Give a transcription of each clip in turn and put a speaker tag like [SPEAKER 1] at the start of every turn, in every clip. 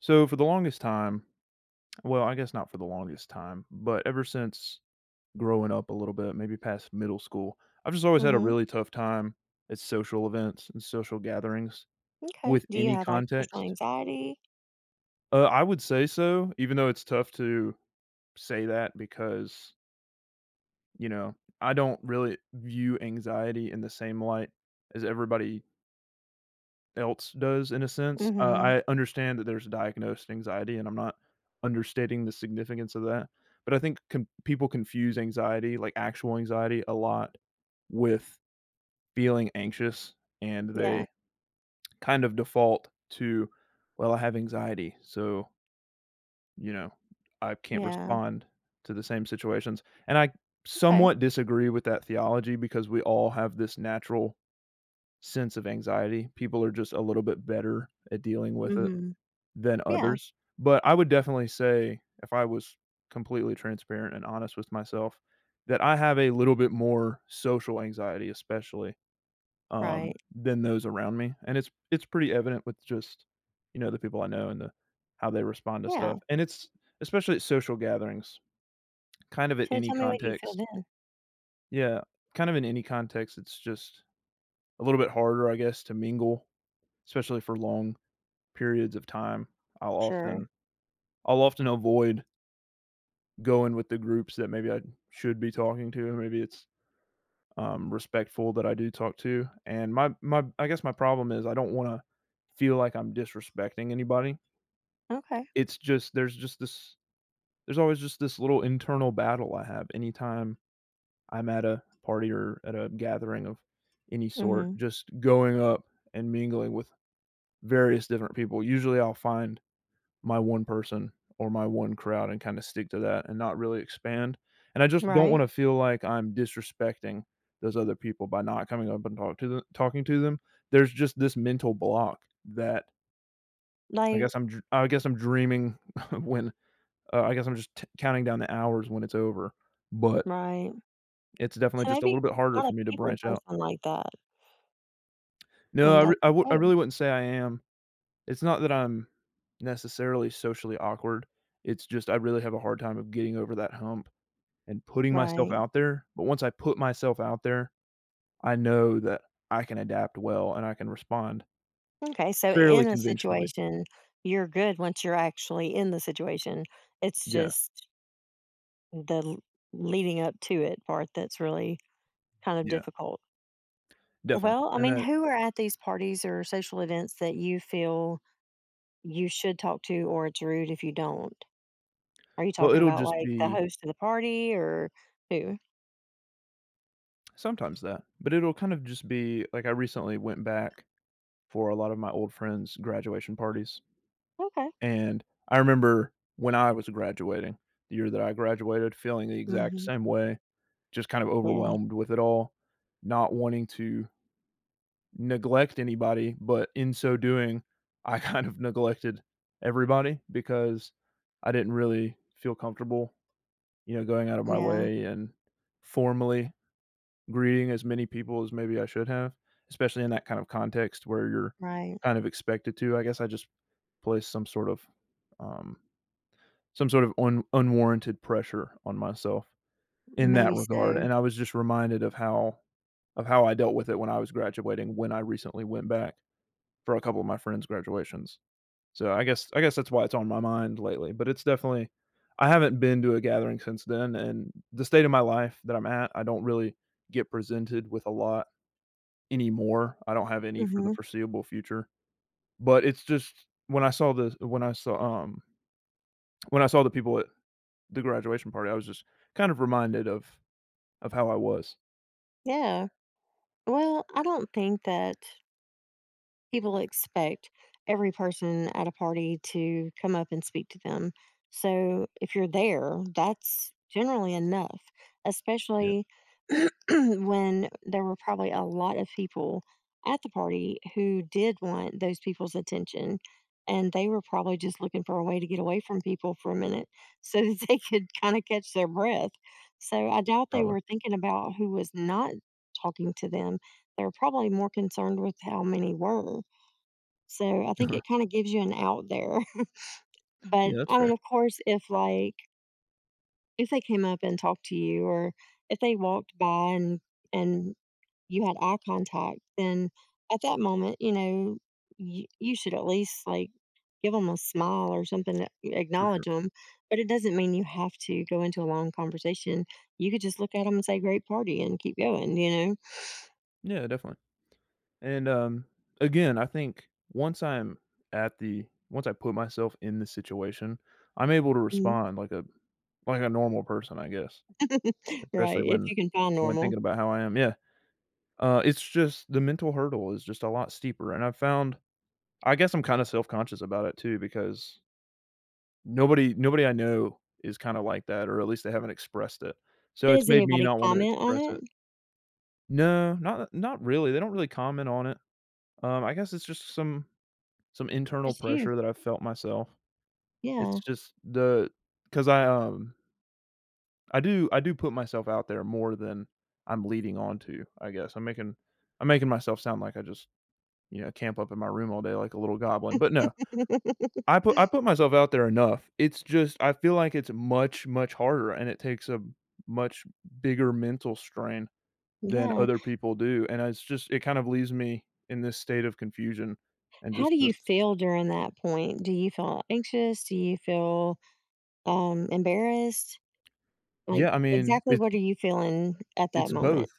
[SPEAKER 1] So for the longest time, well, I guess not for the longest time, but ever since growing up a little bit, maybe past middle school, I've just always had a
[SPEAKER 2] Mhm,
[SPEAKER 1] really tough time at social events and social gatherings
[SPEAKER 2] okay.
[SPEAKER 1] with
[SPEAKER 2] Do you
[SPEAKER 1] any
[SPEAKER 2] have, like, social
[SPEAKER 1] context.
[SPEAKER 2] anxiety?
[SPEAKER 1] I would say so, even though it's tough to say that because, you know, I don't really view anxiety in the same light as everybody else does in a sense.
[SPEAKER 2] Mhm.
[SPEAKER 1] I understand that there's diagnosed anxiety, and I'm not understating the significance of that, but I think con people confuse anxiety, like actual anxiety, a lot with feeling anxious, and
[SPEAKER 2] Yeah,
[SPEAKER 1] they kind of default to, "Well, I have anxiety, so, you know, I can't
[SPEAKER 2] yeah,
[SPEAKER 1] respond to the same situations," and I
[SPEAKER 2] okay.
[SPEAKER 1] somewhat disagree with that theology because we all have this natural sense of anxiety. People are just a little bit better at dealing with it.
[SPEAKER 2] Mhm.
[SPEAKER 1] Than
[SPEAKER 2] Yeah,
[SPEAKER 1] others, but I would definitely say, if I was completely transparent and honest with myself, that I have a little bit more social anxiety, especially,
[SPEAKER 2] right.
[SPEAKER 1] than those around me, and it's pretty evident with just, the people I know and the how they respond to
[SPEAKER 2] Yeah.
[SPEAKER 1] stuff, and it's especially at social gatherings, kind of at
[SPEAKER 2] So
[SPEAKER 1] any
[SPEAKER 2] tell me what you feel
[SPEAKER 1] context.
[SPEAKER 2] then.
[SPEAKER 1] Yeah, kind of in any context, it's just a little bit harder, I guess, to mingle, especially for long periods of time. I'll
[SPEAKER 2] Sure.
[SPEAKER 1] often I'll often avoid going with the groups that maybe I should be talking to. Maybe it's respectful that I do talk to. And my I guess my problem is I don't want to feel like I'm disrespecting anybody.
[SPEAKER 2] Okay.
[SPEAKER 1] It's just there's always just this little internal battle I have anytime I'm at a party or at a gathering of any sort.
[SPEAKER 2] Mhm.
[SPEAKER 1] Just going up and mingling with various different people. Usually I'll find my one person or my one crowd and kinda stick to that and not really expand, and I just don't
[SPEAKER 2] Right.
[SPEAKER 1] wanna feel like I'm disrespecting those other people by not coming up and talking to them. There's just this mental block that
[SPEAKER 2] Like
[SPEAKER 1] I guess I'm dreaming when I guess I'm just t counting down the hours when it's over, but
[SPEAKER 2] right.
[SPEAKER 1] it's definitely
[SPEAKER 2] So
[SPEAKER 1] just a
[SPEAKER 2] maybe
[SPEAKER 1] little bit
[SPEAKER 2] you're just
[SPEAKER 1] harder
[SPEAKER 2] not
[SPEAKER 1] for
[SPEAKER 2] a
[SPEAKER 1] me to
[SPEAKER 2] people
[SPEAKER 1] branch out.
[SPEAKER 2] person like that,
[SPEAKER 1] No,
[SPEAKER 2] and that's
[SPEAKER 1] I
[SPEAKER 2] okay.
[SPEAKER 1] really wouldn't say I am. It's not that I'm necessarily socially awkward, it's just I really have a hard time of getting over that hump, and putting myself
[SPEAKER 2] Right.
[SPEAKER 1] out there, but once I put myself out there, I know that I can adapt well and I can respond
[SPEAKER 2] Okay, so
[SPEAKER 1] fairly
[SPEAKER 2] in a
[SPEAKER 1] conventionally.
[SPEAKER 2] situation, you're good once you're actually in the situation. It's
[SPEAKER 1] Yeah,
[SPEAKER 2] just the l leading up to it part that's really kind of
[SPEAKER 1] yeah,
[SPEAKER 2] difficult.
[SPEAKER 1] definitely,
[SPEAKER 2] Well, I
[SPEAKER 1] and
[SPEAKER 2] mean,
[SPEAKER 1] that
[SPEAKER 2] who are at these parties or social events that you feel you should talk to, or it's rude if you don't? Are you
[SPEAKER 1] well,
[SPEAKER 2] talking
[SPEAKER 1] it'll
[SPEAKER 2] about
[SPEAKER 1] just
[SPEAKER 2] like the
[SPEAKER 1] be
[SPEAKER 2] host of the party or who?
[SPEAKER 1] sometimes that, but it'll kind of just be like, I recently went back for a lot of my old friends' graduation parties,
[SPEAKER 2] Okay.
[SPEAKER 1] and I remember when I was graduating, the year that I graduated, feeling the exact
[SPEAKER 2] Hmm.
[SPEAKER 1] same way, just kind of
[SPEAKER 2] Yeah.
[SPEAKER 1] overwhelmed with it all, not wanting to neglect anybody, but in so doing, I kind of neglected everybody because I didn't really feel comfortable, going out of my
[SPEAKER 2] Yeah.
[SPEAKER 1] way and formally greeting as many people as maybe I should have, especially in that kind of context where you're
[SPEAKER 2] Right.
[SPEAKER 1] kind of expected to. I guess I just placed um, some sort of unwarranted pressure on myself in that
[SPEAKER 2] Maybe
[SPEAKER 1] regard,
[SPEAKER 2] so.
[SPEAKER 1] and I was just reminded of how I dealt with it when I was graduating when I recently went back for a couple of my friends' graduations. So I guess that's why it's on my mind lately. But it's definitely I haven't been to a gathering since then, and the state of my life that I'm at, I don't really get presented with a lot anymore. I don't have any for the
[SPEAKER 2] Hmm.
[SPEAKER 1] foreseeable future. But it's just when I saw the when I saw um when I saw the people at the graduation party, I was just kind of reminded of how I was.
[SPEAKER 2] Yeah. Well, I don't think that people expect every person at a party to come up and speak to them. So if you're there, that's generally enough,
[SPEAKER 1] Yeah,
[SPEAKER 2] especially when there were probably a lot of people at the party who did want those people's attention. And they were probably just looking for a way to get away from people for a minute so that they could kind of catch their breath. So I doubt they
[SPEAKER 1] probably.
[SPEAKER 2] were thinking about who was not talking to them. They were probably more concerned with how many were. So I think
[SPEAKER 1] Yeah,
[SPEAKER 2] it kinda gives you an out there. But,
[SPEAKER 1] that's
[SPEAKER 2] I mean,
[SPEAKER 1] fair.
[SPEAKER 2] of course, if, like, if they came up and talked to you or if they walked by and you had eye contact, then at that moment, you know, you should at least, like, give them a smile or something to
[SPEAKER 1] For sure.
[SPEAKER 2] acknowledge them. But it doesn't mean you have to go into a long conversation. You could just look at them and say, "Great party," and keep going, you know?
[SPEAKER 1] Yeah, definitely. And, again, I think once I'm at the once I put myself in the situation, I'm able to
[SPEAKER 2] Mhm.
[SPEAKER 1] respond like a normal person, I guess, especially
[SPEAKER 2] Right, if
[SPEAKER 1] when
[SPEAKER 2] you can find normal.
[SPEAKER 1] thinking about how I am. Yeah. It's just the mental hurdle is just a lot steeper, and I've found I guess I'm kinda self-conscious about it too because nobody I know is kinda like that, or at least they haven't expressed it. So it's
[SPEAKER 2] Does
[SPEAKER 1] made me
[SPEAKER 2] anybody
[SPEAKER 1] not want to
[SPEAKER 2] comment on
[SPEAKER 1] express it.
[SPEAKER 2] it?
[SPEAKER 1] No, not really. They don't really comment on it. I guess it's just some internal
[SPEAKER 2] Just you.
[SPEAKER 1] pressure that I have felt myself. It's
[SPEAKER 2] Yeah.
[SPEAKER 1] just the because I do put myself out there more than I'm leading on to, I guess. I'm making myself sound like I just, camp up in my room all day like a little goblin, but no. I put myself out there enough. It's just I feel like it's much, much harder, and it takes a much bigger mental strain than
[SPEAKER 2] Yeah.
[SPEAKER 1] other people do, and it's just it kind of leaves me in this state of confusion and
[SPEAKER 2] How
[SPEAKER 1] just
[SPEAKER 2] do
[SPEAKER 1] this
[SPEAKER 2] you feel during that point? Do you feel anxious? Do you feel embarrassed? Like,
[SPEAKER 1] Yeah, I mean,
[SPEAKER 2] exactly
[SPEAKER 1] it's
[SPEAKER 2] what are you feeling at that
[SPEAKER 1] it's both.
[SPEAKER 2] moment?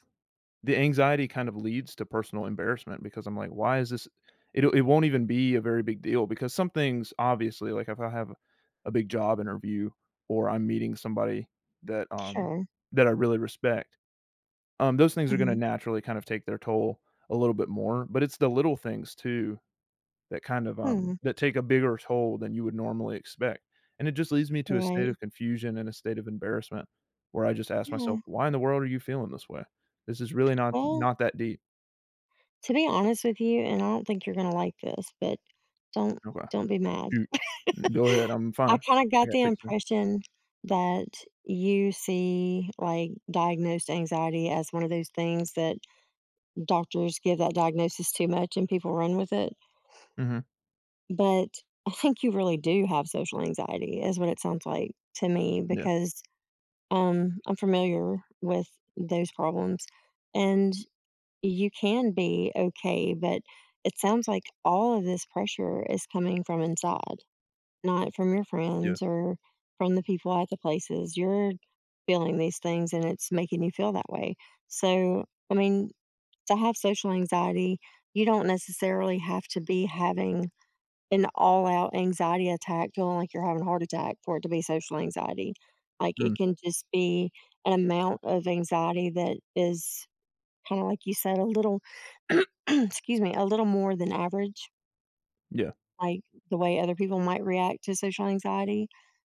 [SPEAKER 1] The anxiety kind of leads to personal embarrassment because I'm like, "Why is this" it won't even be a very big deal because some things obviously, like, if I have a big job interview or I'm meeting somebody that, um
[SPEAKER 2] Sure.
[SPEAKER 1] that I really respect, those things are gonna
[SPEAKER 2] Hmm.
[SPEAKER 1] naturally kind of take their toll a little bit more, but it's the little things too that kind of,
[SPEAKER 2] Hmm.
[SPEAKER 1] um that take a bigger toll than you would normally expect, and it just leads me to a state
[SPEAKER 2] Right.
[SPEAKER 1] of confusion and a state of embarrassment where I just ask
[SPEAKER 2] Yeah.
[SPEAKER 1] myself, "Why in the world are you feeling this way? This is really not
[SPEAKER 2] Well,
[SPEAKER 1] not that deep."
[SPEAKER 2] to be honest with you, and I don't think you're gonna like this, but don't
[SPEAKER 1] Okay.
[SPEAKER 2] don't be mad.
[SPEAKER 1] Shoot. Go ahead, I'm
[SPEAKER 2] I
[SPEAKER 1] fine.
[SPEAKER 2] kind of
[SPEAKER 1] I
[SPEAKER 2] got
[SPEAKER 1] got
[SPEAKER 2] the
[SPEAKER 1] 16.
[SPEAKER 2] impression that you see like diagnosed anxiety as one of those things that doctors give that diagnosis too much and people run with it.
[SPEAKER 1] Mhm.
[SPEAKER 2] But I think you really do have social anxiety is what it sounds like to me
[SPEAKER 1] Yeah.
[SPEAKER 2] because I'm familiar with those problems and you can be okay, but it sounds like all of this pressure is coming from inside, not from your
[SPEAKER 1] Yeah.
[SPEAKER 2] friends or from the people at the places. You're feeling these things and it's making you feel that way. So, I mean, to have social anxiety, you don't necessarily have to be having an all-out anxiety attack, feeling like you're having a heart attack for it to be social anxiety. Like,
[SPEAKER 1] Mm.
[SPEAKER 2] it can just be an amount of anxiety that is kinda like you said, a little excuse me, a little more than average,
[SPEAKER 1] Yeah.
[SPEAKER 2] like the way other people might react to social anxiety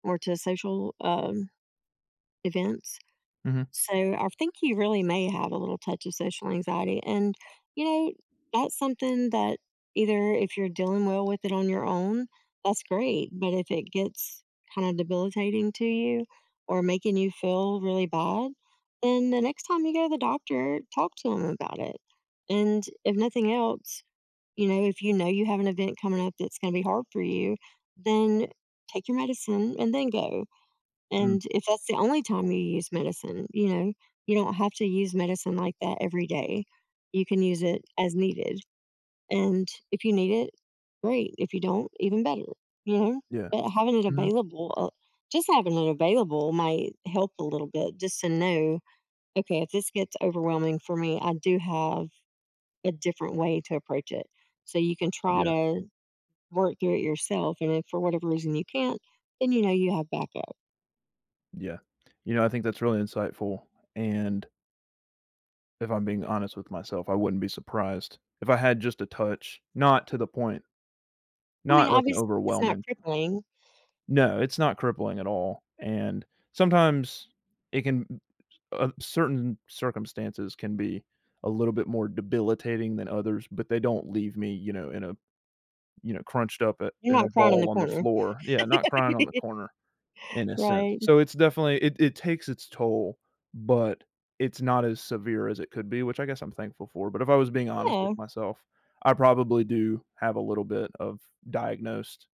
[SPEAKER 2] or to social, events.
[SPEAKER 1] Mhm.
[SPEAKER 2] So I think you really may have a little touch of social anxiety. And, you know, that's something that either if you're dealing well with it on your own, that's great. But if it gets kind of debilitating to you or making you feel really bad, then the next time you go to the doctor, talk to them about it. And if nothing else, you know, if you know you have an event coming up that's going to be hard for you, then take your medicine and then go.
[SPEAKER 1] Mm.
[SPEAKER 2] And if that's the only time you use medicine, you know, you don't have to use medicine like that every day. You can use it as needed. And if you need it, great. If you don't, even better, you know?
[SPEAKER 1] Yeah.
[SPEAKER 2] But having it
[SPEAKER 1] Mhm.
[SPEAKER 2] available, just having it available might help a little bit just to know, okay, if this gets overwhelming for me, I do have a different way to approach it. So you can try
[SPEAKER 1] Yeah.
[SPEAKER 2] to work through it yourself. And if for whatever reason you can't, then you know you have backup.
[SPEAKER 1] Yeah. You know, I think that's really insightful, and if I'm being honest with myself, I wouldn't be surprised if I had just a touch, not to the point,
[SPEAKER 2] I mean,
[SPEAKER 1] not like an
[SPEAKER 2] obviously, it's not
[SPEAKER 1] overwhelming
[SPEAKER 2] crippling.
[SPEAKER 1] No, it's not crippling at all, and sometimes it can certain circumstances can be a little bit more debilitating than others, but they don't leave me, you know, in a you know, crunched up I
[SPEAKER 2] You're
[SPEAKER 1] in a
[SPEAKER 2] not crying in the
[SPEAKER 1] ball on the
[SPEAKER 2] corner.
[SPEAKER 1] floor. Yeah, not crying on the corner in a sense.
[SPEAKER 2] Right.
[SPEAKER 1] So it's definitely it takes its toll, but it's not as severe as it could be, which I guess I'm thankful for, but if I was being honest with
[SPEAKER 2] Yeah.
[SPEAKER 1] myself, I probably do have a little bit of diagnosed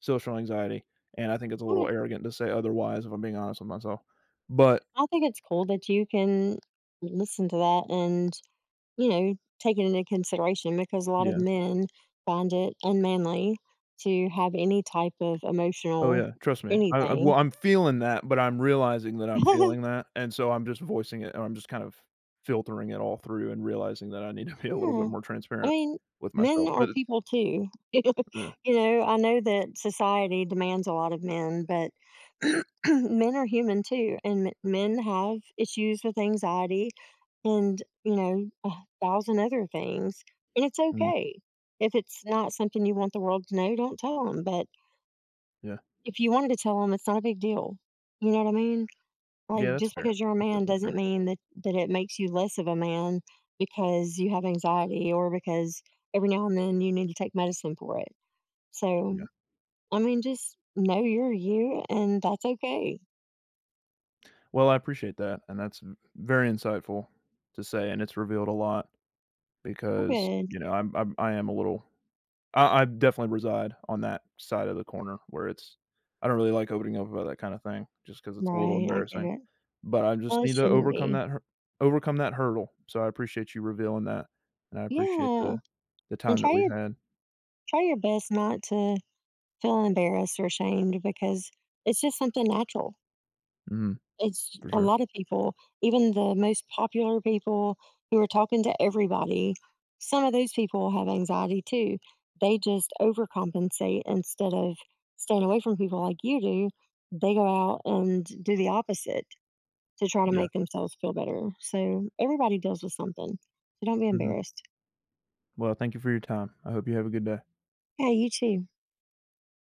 [SPEAKER 1] social anxiety, and I think it's a little
[SPEAKER 2] I
[SPEAKER 1] arrogant to say otherwise, if I'm being honest with myself. But
[SPEAKER 2] I think it's cool that you can listen to that and, you know, take it into consideration because a lot of
[SPEAKER 1] yeah.
[SPEAKER 2] men find it unmanly to have any type of
[SPEAKER 1] Oh,
[SPEAKER 2] emotional
[SPEAKER 1] yeah, trust me. I Well,
[SPEAKER 2] anything.
[SPEAKER 1] I'm feeling that, but I'm realizing that I'm feeling that, and so I'm just voicing it, or I'm just kind of filtering it all through and realizing that I need to be a little bit
[SPEAKER 2] Yeah.
[SPEAKER 1] more
[SPEAKER 2] I
[SPEAKER 1] transparent
[SPEAKER 2] mean,
[SPEAKER 1] with
[SPEAKER 2] men
[SPEAKER 1] myself,
[SPEAKER 2] are
[SPEAKER 1] but
[SPEAKER 2] people too.
[SPEAKER 1] yeah,
[SPEAKER 2] You know, I know that society demands a lot of men, but men are human too, and m men have issues with anxiety and, you know, a thousand other things. And it's
[SPEAKER 1] mhm,
[SPEAKER 2] okay. If it's not something you want the world to know, don't tell them. But
[SPEAKER 1] yeah.
[SPEAKER 2] if you wanted to tell them, it's not a big deal. You know what I mean?
[SPEAKER 1] Yeah,
[SPEAKER 2] Like,
[SPEAKER 1] that's
[SPEAKER 2] just
[SPEAKER 1] fair.
[SPEAKER 2] because you're a
[SPEAKER 1] That's
[SPEAKER 2] man
[SPEAKER 1] definitely fair.
[SPEAKER 2] doesn't mean that it makes you less of a man because you have anxiety or because every now and then you need to take medicine for it. So,
[SPEAKER 1] Yeah.
[SPEAKER 2] I mean, just know you're you and that's okay.
[SPEAKER 1] Well, I appreciate that, and that's v very insightful to say, and it's revealed a lot
[SPEAKER 2] We
[SPEAKER 1] because,
[SPEAKER 2] good.
[SPEAKER 1] you know, I am a little I definitely reside on that side of the corner where it's I don't really like opening up about that kinda thing just because it's a little
[SPEAKER 2] Right. I get
[SPEAKER 1] embarrassing,
[SPEAKER 2] it.
[SPEAKER 1] but I just
[SPEAKER 2] Well, it
[SPEAKER 1] need to
[SPEAKER 2] shouldn't be.
[SPEAKER 1] overcome that hurdle, so I appreciate you revealing that, and I appreciate
[SPEAKER 2] Yeah.
[SPEAKER 1] the
[SPEAKER 2] And
[SPEAKER 1] time that
[SPEAKER 2] try
[SPEAKER 1] we've
[SPEAKER 2] your
[SPEAKER 1] had.
[SPEAKER 2] try your best not to feel embarrassed or ashamed because it's just something natural.
[SPEAKER 1] Mhm,
[SPEAKER 2] It's
[SPEAKER 1] for
[SPEAKER 2] a
[SPEAKER 1] sure.
[SPEAKER 2] lot of people, even the most popular people who are talking to everybody, some of those people have anxiety too. They just overcompensate instead of staying away from people like you do. They go out and do the opposite to try to
[SPEAKER 1] Yeah.
[SPEAKER 2] make themselves feel better. So everybody deals with something. So don't be
[SPEAKER 1] Mhm.
[SPEAKER 2] embarrassed.
[SPEAKER 1] Well, thank you for your time. I hope you have a good day.
[SPEAKER 2] Yeah, you too.